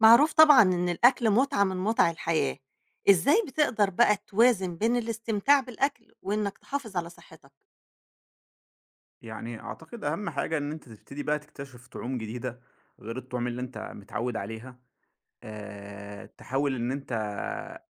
معروف طبعًا إن الأكل متعة من متع الحياة، إزاي بتقدر بقى توازن بين الاستمتاع بالأكل وإنك تحافظ على صحتك؟ يعني أعتقد أهم حاجة إن أنت تبتدي بقى تكتشف طعوم جديدة غير الطعوم اللي أنت متعود عليها. تحاول إن أنت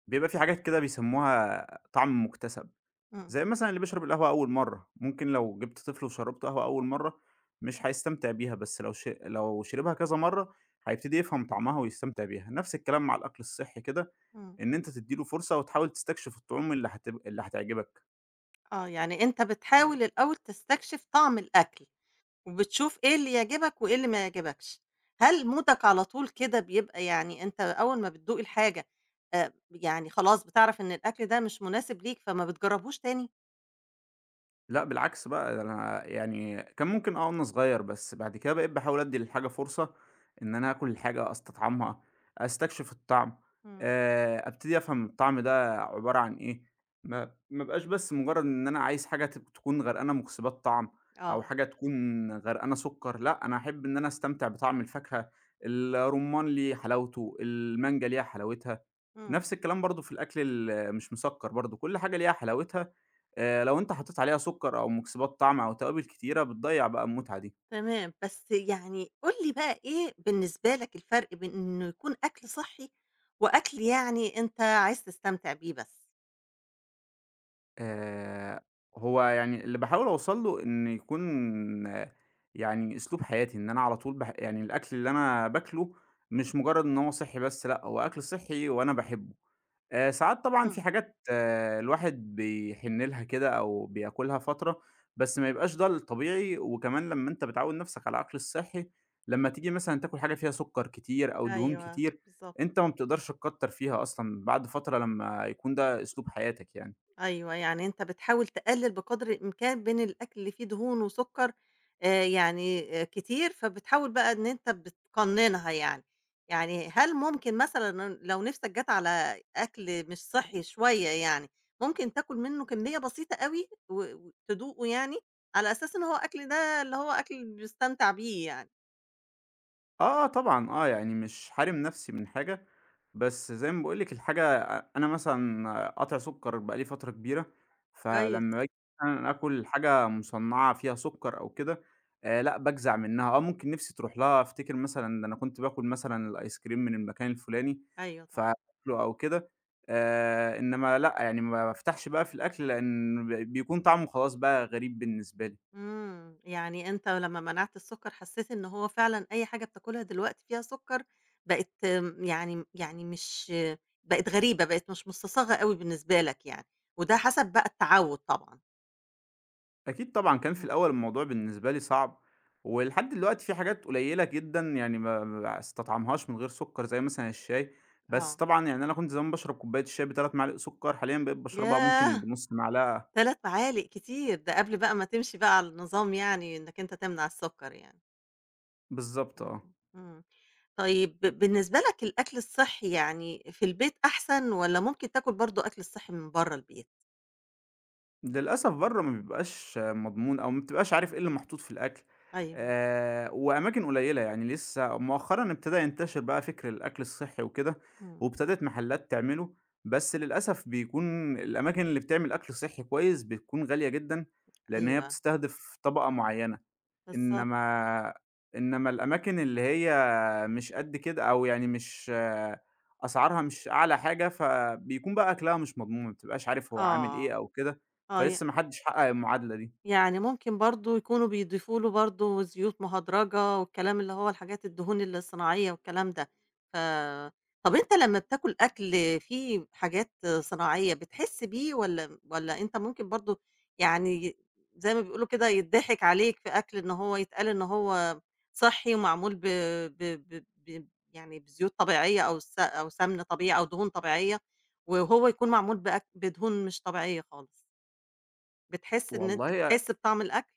بيبقى في حاجات كده بيسموها طعم مُكتسب، إمم، زي مثلًا اللي بيشرب القهوة أول مرّة. ممكن لو جبت طفل وشرّبته قهوة أول مرّة مش هيستمتع بيها، بس لو شربها كذا مرّة هيبتدي يفهم طعمها ويستمتع بيها. نفس الكلام مع الأكل الصحّي كده، إمم، إن أنت تدّي له فرصة وتحاول تستكشف الطعوم اللي هتعجبك. آه، يعني أنت بتحاول الأول تستكشف طعم الأكل، وبتشوف إيه اللي يعجبك وإيه اللي ما يعجبكش، هل مودك على طول كده بيبقى يعني أنت أول ما بتدوق الحاجة يعني خلاص بتعرف إن الأكل ده مش مناسب ليك فما بتجربهوش تاني؟ لأ بالعكس بقى، ده أنا يعني كان ممكن وأنا صغير، بس بعد كده بقيت باحاول أدّي للحاجة فرصة، إن أنا آكل الحاجة، أستطعمها، أستكشف الطعم، إمم، أبتدي أفهم الطعم ده عبارة عن إيه. ما ابقاش بس مجرد إن أنا عايز حاجة تكون غرقانة مُكسِّبات طعم، أو آه، حاجة تكون غرقانة سُكّر. لأ، أنا أحب إن أنا أستمتع بطعم الفاكهة، الرُّمّان ليه حلاوته، المانجا ليها حلاوتها. إمم. نفس الكلام برضه في الأكل مش مسكّر برضه، كل حاجة ليها حلاوتها. لو أنت حطيت عليها سُكّر أو مُكسِّبات طعم أو توابل كتيرة بتضيّع بقى المتعة دي. تمام، بس يعني قُل لي بقى إيه بالنسبة لك الفرق بين إنه يكون أكل صحّي، وأكل يعني أنت عايز تستمتع بيه بس؟ آآ هو يعني اللي باحاول أوصل له إن يكون يعني أسلوب حياتي، إن أنا على طول يعني الأكل اللي أنا باكله مش مجرّد إن هو صحّي بس. لأ، هو أكل صحّي وأنا باحبه. ساعات طبعًا في إمم. حاجات الواحد بيحن لها كده أو بياكلها فترة، بس ما يبقاش ده الطبيعي. وكمان لمّا أنت بتعوّد نَفْسك على الأكل الصحّي، لمّا تيجي مثلًا تاكل حاجة فيها سُكّر كتير أو دهون أيوه، كتير، بالضبط. أنت ما بتقدرش تكتّر فيها أصلًا بعد فترة لمّا يكون ده أسلوب حياتك يعني. أيوه، يعني أنت بتحاول تقلِّل بقدر الإمكان بين الأكل اللي فيه دهون وسُكّر يعني كتير، فبتحاول بقى إن أنت بتقنّنها يعني. يعني هل ممكن مثلًا لو نِفْسك جات على أكل مش صحّي شوية يعني، ممكن تاكل منّه كمّية بسيطة أوي وتدوقه يعني، على أساس إن هو أكل ده اللي هو أكل بيستمتع بيه يعني؟ آه، آه طبعًا، آه، يعني مش حارم نَفْسي من حاجة، بس زي ما باقول لِك الحاجة، أنا مثلًا قاطع سُكّر بقى لي فترة كبيرة. كويس، فلمّا باجي مثلًا آكُل حاجة مُصنّعة فيها سُكّر أو كده، لأ، باجزع منّها. ممكن نِفْسي تروح لها أفتكر مثلًا ده أنا كنت باكُل مثلًا الآيس كريم من المكان الفُلاني أيوه طبعًا. فآكله أو كده. إنّما لأ، يعني ما بافتحش بقى في الأكل لإن بيكون طعمه خلاص بقى غريب بالنسبة لي. إمم، يعني أنت لمّا منعت السكر حسيت إن هو فعلًا أي حاجة بتاكلها دلوقتي فيها سكر بقت يعني مش بقت غريبة، بقت مش مُستصاغة أوي بالنسبة لك يعني، وده حسب بقى التعوّد طبعًا. أكيد طبعًا، كان في إمم، الأول الموضوع بالنسبة لي صعب، ولحد دلوقتي في حاجات قليلة جدًا يعني ما باستطعمهاش من غير سكر، زي مثلًا الشاي. بس آه، طبعًا يعني أنا كنت زمان باشرب كوباية الشاي ب3 معالق سكر، حاليًا بقيت باشربها ممكن ياه! بنُص معلقة. 3 معالق كتير، ده قبل بقى ما تمشي بقى على النظام يعني إنك أنت تمنع السكر يعني، بالضبط إمم، آه. إمم. طيب بالنسبة لك الأكل الصحّي يعني في البيت أحسن والّا ممكن تاكل برضه أكل الصحّي من برّه البيت؟ للأسف برّه ما بيبقاش مضمون أو ما بتبقاش عارف إيه اللي محطوط في الأكل. أيوه، وأماكن قليّلة، يعني لسه مؤخرًا ابتدى ينتشر بقى فكر الأكل الصحّي وكده، إمم، وابتدت محلات تعمله، بس للأسف بيكون الأماكن اللي بتعمل أكل صحّي كويس بتكون غالية جدًا، لإن هي أيوه. بتستهدف طبقة معيّنة. بالضبط إنما إنما الأماكن اللي هي مش قد كده، أو يعني مش أسعارها مش أعلى حاجة، فبيكون بقى أكلها مش مضمون، ما بتبقاش عارف هو عامل آه، إيه أو كده. آه، فلسه ما حدش حقق المعادلة دي. يعني ممكن برضه يكونوا بيضيفوا له برضه زيوت مهدرجة والكلام اللي هو الحاجات الدهون الصناعية والكلام ده، ف طَب أنت لمّا بتاكل أكل فيه حاجات صناعية بتحس بيه والّا أنت ممكن برضه يعني زي ما بيقولوا كده يتضحك عليك في أكل إن هو يتقال إن هو صحّي ومعمول ب ب ب ب يعني بزيوت طبيعية أو أو سمن طبيعي أو دهون طبيعية، وهو يكون معمول بدهون مش طبيعية خالص؟ بتحس إن أنت والله بتحس بطعم الأكل؟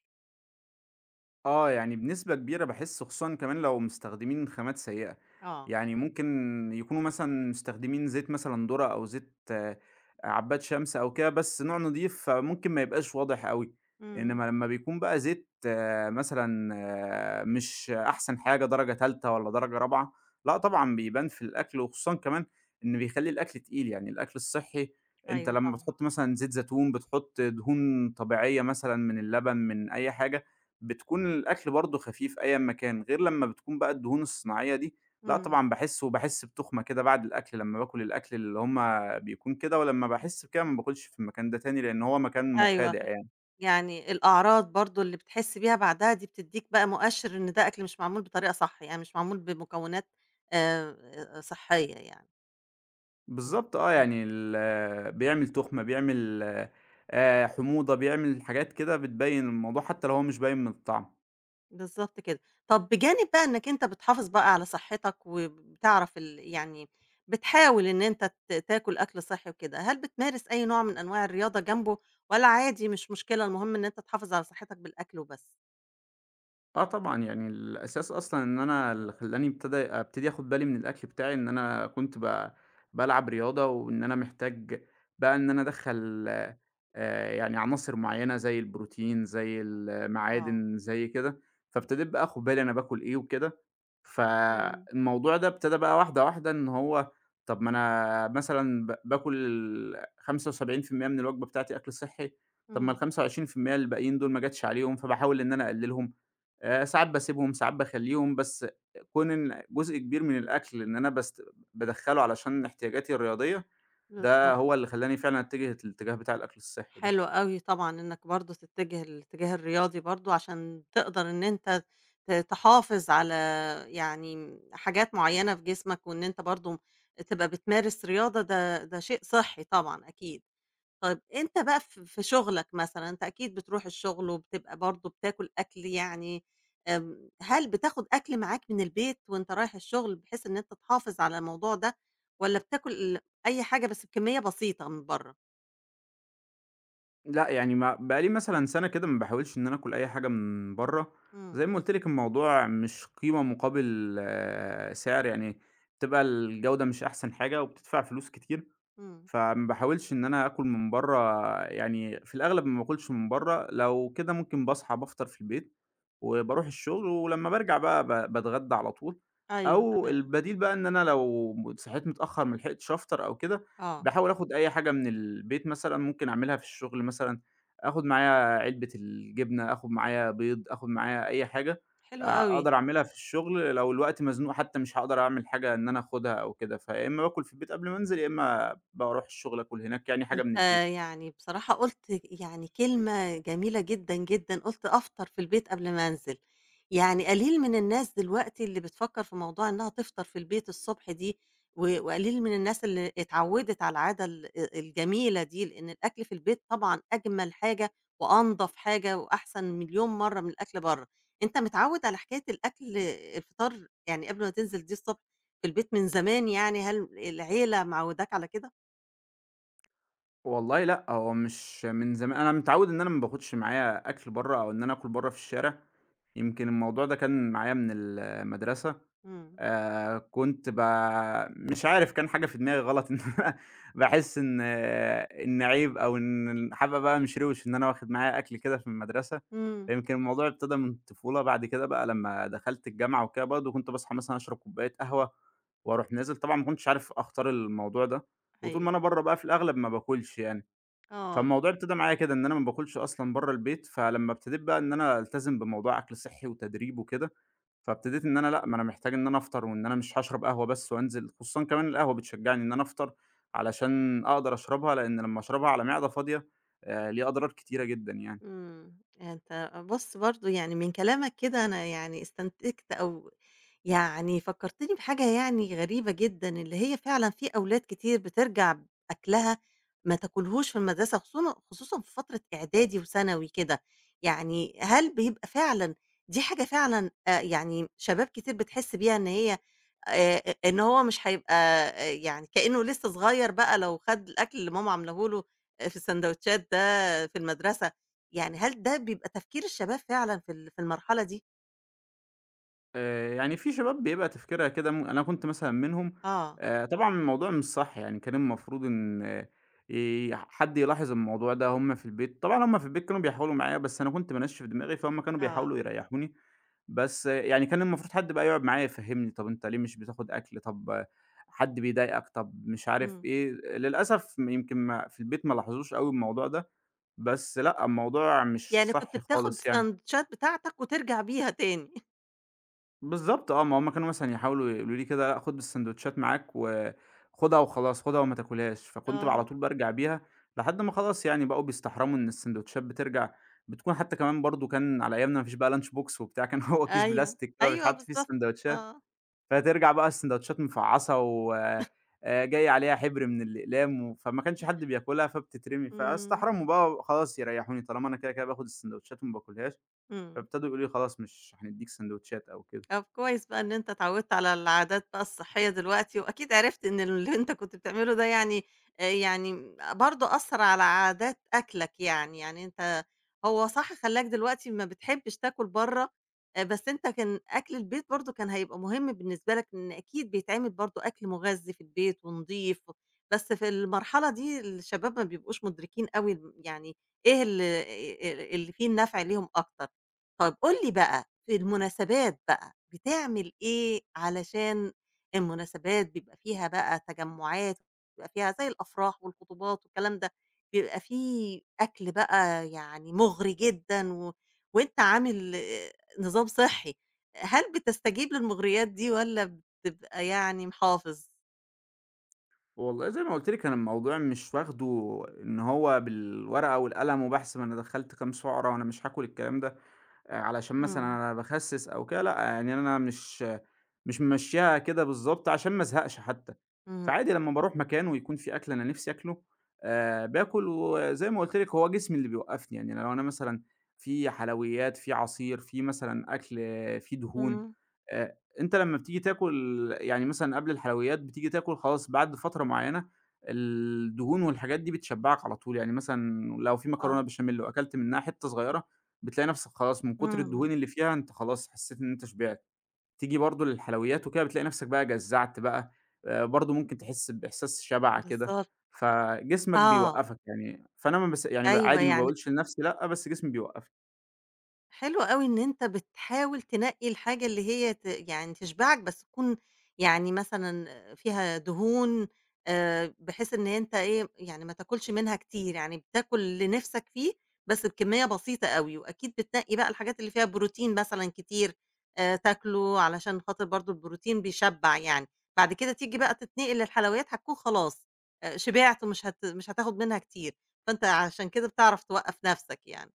آه، يعني بنسبة كبيرة باحس، خصوصًا كمان لو مستخدمين خامات سيئة. آه، يعني ممكن يكونوا مثلًا مستخدمين زيت مثلًا ذرة أو زيت عباد شمس أو كده، بس نوع نضيف، فممكن ما يبقاش واضح أوي. إمم، إنما لمّا بيكون بقى زيت مثلًا مش أحسن حاجة، درجة تالتة والّا درجة رابعة، لأ طبعًا بيبان في الأكل. وخصوصًا كمان إن بيخلّي الأكل تقيل. يعني الأكل الصحّي، أنت أيوه لمّا طبعًا، بتحط مثلًا زيت زيتون، بتحط دهون طبيعية مثلًا من اللبن، من أي حاجة، بتكون الأكل برضه خفيف أيًا ما كان، غير لمّا بتكون بقى الدهون الصناعية دي، لأ إمم، طبعًا باحس. وباحس بتُخمة كده بعد الأكل لمّا باكل الأكل اللي هم بيكون كده. ولمّا إمم، باحس بكده ما باكلش في المكان ده تاني، لإن هو مكان أيوه، مخادع يعني. يعني الأعراض برضه اللي بتحس بيها بعدها دي بتدّيك بقى مؤشِّر إن ده أكل مش معمول بطريقة صح، يعني مش معمول بمكونات صحّية يعني، إمم، بالضبط آه، إمم، يعني بيعمل تُخمة، بيعمل حموضة، بيعمل حاجات كده بتبين الموضوع حتى لو هو مش باين من الطعم. بالضبط كده. طَب بجانب بقى إنّك أنت بتحافظ بقى على صحّتك وبتعرف يعني بتحاول إن أنت تاكل أكل صحّي وكده، هل بتمارس أي نوع من أنواع الرياضة جنبه والّا عادي مش مشكلة المهم إن أنت تحافظ على صحّتك بالأكل وبس؟ آه طبعًا، يعني الأساس أصلًا إن أنا، اللي خلّاني أبتدي آخُد بالي من الأكل بتاعي إن أنا كنت بالعب رياضة، وإن أنا محتاج بقى إن أنا أدخّل يعني عناصر معيّنة زي البروتين، زي آه، المعادن، زي كده. فابتديت بقى آخُد بالي أنا باكُل إيه وكده، إمم، فالموضوع ده ابتدى بقى واحدة، واحدة. إن هو طَب ما أنا مثلًا باكُل 75% من الوجبة بتاعتي أكل صحّي، طَب ما إمم، ال25% الباقيين دول ما جاتش عليهم، فباحاول إن أنا أقلِّلهم. ساعات باسيبهم، ساعات باخلّيهم، بس كون إن جزء كبير من الأكل إن أنا بادخّله علشان احتياجاتي الرياضية، ده بالضبط، هو اللي خلّاني فعلًا أتجه الاتجاه بتاع الأكل الصحّي ده. حلو أوي طبعًا إنك برضه تتجه الاتجاه الرياضي برضه عشان تقدر إن أنت تحافظ على يعني حاجات معيّنة في جسمك، وإن أنت برضه تبقى بتمارس رياضة ده شيء صحّي طبعًا أكيد. طيب أنت بقى في شغلك مثلًا، أنت أكيد بتروح الشغل وبتبقى برضه بتاكل أكل يعني هل بتاخد أكل معاك من البيت وأنت رايح الشغل بحيث إن أنت تحافظ على الموضوع ده، والّا بتاكل أي حاجة بس بكمية بسيطة من برّه؟ لأ، يعني ما بقى لي مثلًا سَنة كده ما باحاولش إن أنا آكل أي حاجة من برّه. إمم، زي ما قُلت لِك، الموضوع مش قيمة مقابل سعر، يعني بتبقى الجودة مش أحسن حاجة وبتدفع فلوس كتير. إمم، فما باحاولش إن أنا آكل من برّه. يعني في الأغلب ما باكلش من برّه، لو كده ممكن باصحى بافطر في البيت وباروح الشغل، ولمّا بارجع بقى باتغدى على طول. أيوه أو تمام، البديل بقى إن أنا لو صحيت متأخر ما لحقتش أفطر أو كده، آه، باحاول آخد أي حاجة من البيت مثلًا ممكن أعملها في الشغل مثلًا. آخد معايا علبة الجبنة، آخد معايا بيض، آخد معايا أي حاجة حلو أوي. أقدر أعملها في الشغل. لو الوقت مزنوق حتى، مش هاقدر أعمل حاجة إن أنا آخُدها أو كده، فيا إمّا باكل في البيت قبل ما أنزل، يا إمّا باروح الشغل آكل هناك يعني حاجة من أنت البيت. يعني بصراحة قُلت يعني كلمة جميلة جدًا، جدًا، قُلت أفطر في البيت قبل ما أنزل، يعني قليل من الناس دلوقتي اللي بتفكّر في موضوع إنها تفطر في البيت الصبح دي، وقليل من الناس اللي اتعوّدت على العادة ال أ الجميلة دي، لإن الأكل في البيت طبعًا أجمل حاجة وأنضف حاجة وأحسن مليون مرّة من الأكل برّه، أنت متعوّد على حكاية الفطار يعني قبل ما تنزل دي الصبح في البيت من زمان يعني، هل العيلة معوّداك على كده؟ والله لأ، هو مش من زمان أنا متعوّد إن أنا ما باخُدش معايا أكل برّه أو إن أنا آكل برّه في الشارع. يمكن الموضوع ده كان معايا من المدرسة. إمم، كنت ب مش عارف، كان حاجة في دماغي غلط إن أنا باحس إن عيب، أو إن الحابة بقى مشروش إن أنا واخد معايا أكل كده في المدرسة. إمم. فيمكن الموضوع ابتدى من الطفولة. بعد كده بقى لمّا دخلت الجامعة وكده، برضه كنت باصحى مثلًا أشرب كوباية قهوة وأروح نازل. طبعًا ما كنتش عارف أختار الموضوع ده، وطول ما أيوه، أنا برّه بقى في الأغلب ما باكلش يعني. آه، فالموضوع ابتدى معايا كده إن أنا ما باكلش أصلًا برّه البيت. فلمّا ابتديت بقى إن أنا ألتزم بموضوع أكل صحّي وتدريب وكده، فابتديت إن أنا لأ، ما أنا محتاج إن أنا أفطر، وإن أنا مش هاشرب قهوة بس وأنزل. خصوصًا كمان القهوة بتشجّعني إن أنا أفطر علشان أقدر أشربها، لإن لمّا أشربها على معدة فاضية ليها أضرار كتيرة جدًا يعني. إمم، يعني أنت بُص برضه يعني من كلامك كده أنا يعني استنتجت أو يعني فكّرتني بحاجة يعني غريبة جدًا، اللي هي فعلًا في أولاد كتير بترجع أكلها ما تاكلهوش في المدرسة خصوصًا خصوصًا في فترة إعدادي وثانوي كده، يعني هل بيبقى فعلًا دي حاجة فعلًا يعني شباب كتير بتحس بيها إن هي إن هو مش هيبقى يعني كإنه لسه صغير بقى لو خَد الأكل اللي ماما عاملاه له في الساندوتشات ده في المدرسة يعني هل ده بيبقى تفكير الشباب فعلًا في ال في المرحلة دي؟ يعني في شباب بيبقى تفكيرها كده، أنا كنت مثلًا منهم. آه، طبعًا الموضوع مش صح يعني. كان المفروض إن آه، ي حد يلاحظ الموضوع ده. هُم في البيت، طبعًا هُم في البيت كانوا بيحاولوا معايا، بس أنا كنت بانشِّف دماغي، فهُم كانوا آه، بيحاولوا يريحوني. بس يعني كان المفروض حد بقى يقعد معايا يفهّمني، طَب أنت ليه مش بتاخد أكل، طَب حد بيضايقك، طَب مش عارف إمم، إيه. للأسف يمكن ما في البيت ما لاحظوش أوي الموضوع ده، بس لأ، الموضوع مش يعني كنت صح بتاخد خالص يعني. الساندوتشات بتاعتك وترجع بيها تاني. بالضبط آه، ما هُم كانوا مثلًا يحاولوا يقولوا لي كده: "لأ، خُد الساندوتشات معاك وخُدها وخلاص، خُدها وما تاكلهاش." فكنت على آه، طول بارجع بيها، لحد ما خلاص يعني بقوا بيستحرموا إن الساندوتشات بترجع. بتكون حتى كمان، برضه كان على أيامنا ما فيش بقى lunch box وبتاع، كان هو كيس أيوه. بلاستيك كده أيوه بيتحط فيه بالضبط، الساندوتشات، آه، فترجع بقى الساندوتشات مفعّصة، و جاي عليها حبر من الأقلام، و فما كانش حد بياكلها فبتترمي. إمم، فاستحرموا بقى خلاص يريحوني طالما أنا كده، كده باخد الساندوتشات وما باكلهاش، إمم. فابتدوا يقولوا لي: "خلاص مش هندّيك ساندوتشات." أو كده. طب كويس بقى إن أنت اتعودت على العادات بقى الصحية دلوقتي، وأكيد عرفت إن اللي أنت كنت بتعمله ده يعني يعني برضه أثّر على عادات أكلك يعني، يعني أنت هو صح خلّاك دلوقتي ما بتحبش تاكل برّه، بس أنت كان أكل البيت برضه كان هيبقى مهم بالنسبة لك، إن أكيد بيتعمل برضه أكل مغذي في البيت ونضيف، بس في المرحلة دي الشباب ما بيبقوش مدركين أوي يعني إيه ال اللي فيه النفع ليهم أكتر. طَب قُل لي بقى في المناسبات بقى بتعمل إيه علشان المناسبات بيبقى فيها بقى تجمُّعات، بيبقى فيها زي الأفراح والخطوبات والكلام ده، بيبقى في أكل بقى يعني مُغري جدًا وأنت عامل نظام صحّي، هل بتستجيب للمُغريات دي والّا بتبقى يعني محافظ؟ والله زي ما قُلت لِك أنا الموضوع مش واخده إن هو بالورقة والقلم وبحث ما أنا دخّلت كام سُعرة وأنا مش هاكل الكلام ده، علشان مثلًا إمم، أنا باخسِّس أو كده. لأ، يعني أنا مش ممشّياها كده بالضبط عشان ما ازهقش حتى. إمم، فعادي لمّا باروح مكان ويكون في أكل أنا نِفْسي آكله، باكل. وزي ما قُلت لِك هو جسمي اللي بيوقّفني. يعني لو أنا مثلًا في حلويات، في عصير، في مثلًا أكل فيه دهون، إمم، أنت لمّا بتيجي تاكل يعني مثلًا قبل الحلويات بتيجي تاكل خلاص بعد فترة معيّنة، الدهون والحاجات دي بتشبّعك على طول. يعني مثلًا لو في مكرونة آه، بشاميل وأكلت منها حتّة صغيّرة، بتلاقي نفسك خلاص من كتر إمم، الدهون اللي فيها أنت خلاص حسيت إن أنت شبعت. تيجي برضه للحلويات وكده بتلاقي نفسك بقى جزّعت بقى، برضه ممكن تحس بإحساس شبع كده. بالضبط، فجسمك آه، بيوقّفك يعني. فأنا ما باس يعني أيوه عادي ما يعني باقولش لنفسي لأ، بس جسمي بيوقّفني. حلو أوي إن أنت بتحاول تنقّي الحاجة اللي هي يعني تشبعك، بس تكون يعني مثلًا فيها دهون بحيث إن أنت إيه، يعني ما تاكلش منها كتير، يعني بتاكل اللي نِفْسك فيه بس بكمية بسيطة أوي، وأكيد بتنقّي بقى الحاجات اللي فيها بروتين مثلًا كتير تاكله علشان خاطر برضه البروتين بيشبّع يعني، بعد كده تيجي بقى تتنقل للحلويات هتكون خلاص شبعت ومش هت مش هتاخد منها كتير، فأنت عشان كده بتعرف توقّف نَفْسك يعني،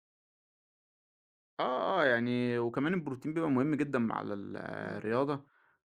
آه، آه، يعني وكمان البروتين بيبقى مهم جدًا مع ال آه، إمم، الرياضة،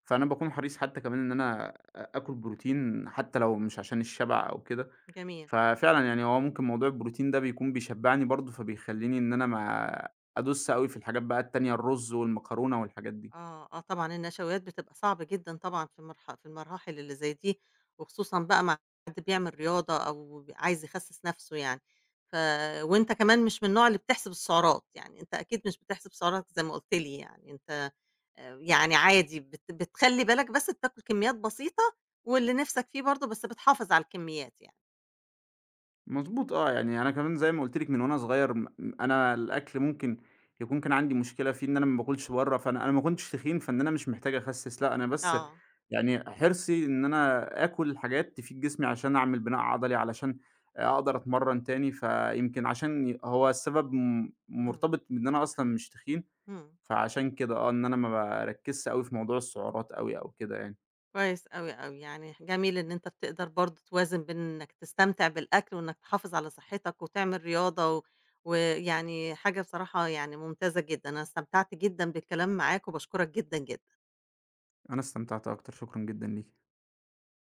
فأنا باكون حريص حتى كمان إن أنا آكل بروتين حتى لو مش عشان الشبع أو كده. جميل. ففعلًا يعني هو ممكن موضوع البروتين ده بيكون بيشبّعني برضه، فبيخلّيني إن أنا ما أدُس أوي في الحاجات بقى التانية، الرز والمكرونة والحاجات دي. آه، آه طبعًا النشويات بتبقى صعب جدًا طبعًا في المرح في المراحل اللي زي دي، وخصوصًا بقى مع حد بيعمل رياضة أو عايز يخسِّس نَفْسه يعني، ف وأنت كمان مش من النوع اللي بتحسب السعرات، يعني أنت أكيد مش بتحسب سعراتك زي ما قُلت لي يعني، أنت يعني عادي بتخلّي بالك بس بتاكل كميات بسيطة واللي نِفْسك فيه برضه، بس بتحافظ على الكميات يعني. مضبوط آه. يعني أنا كمان زي ما قُلت لِك من وأنا صغير، أنا الأكل ممكن يكون كان عندي مشكلة فيه إن أنا ما باكلش برّه. فأنا ما كنتش تخين، فإن أنا مش محتاج أخسِّس. لأ، أنا بس آه، يعني حرصي إن أنا آكل حاجات تفيد جسمي عشان أعمل بناء عضلي، علشان أقدر أتمرّن تاني، فيمكن عشان هو السبب إمم، مرتبط بإن أنا أصلًا مش تخين. إمم. فعشان كده إن أنا ما باركّزش أوي في موضوع السعرات أوي أو كده يعني. كويس أوي، أوي، يعني جميل إن أنت بتقدر برضه توازن بين إنك تستمتع بالأكل وإنك تحافظ على صحتك وتعمل رياضة ويعني حاجة بصراحة يعني ممتازة جدًا، أنا استمتعت جدًا بالكلام معاك وباشكرك جدًا، جدًا. أنا استمتعت أكتر، شكرًا جدًا ليكِ.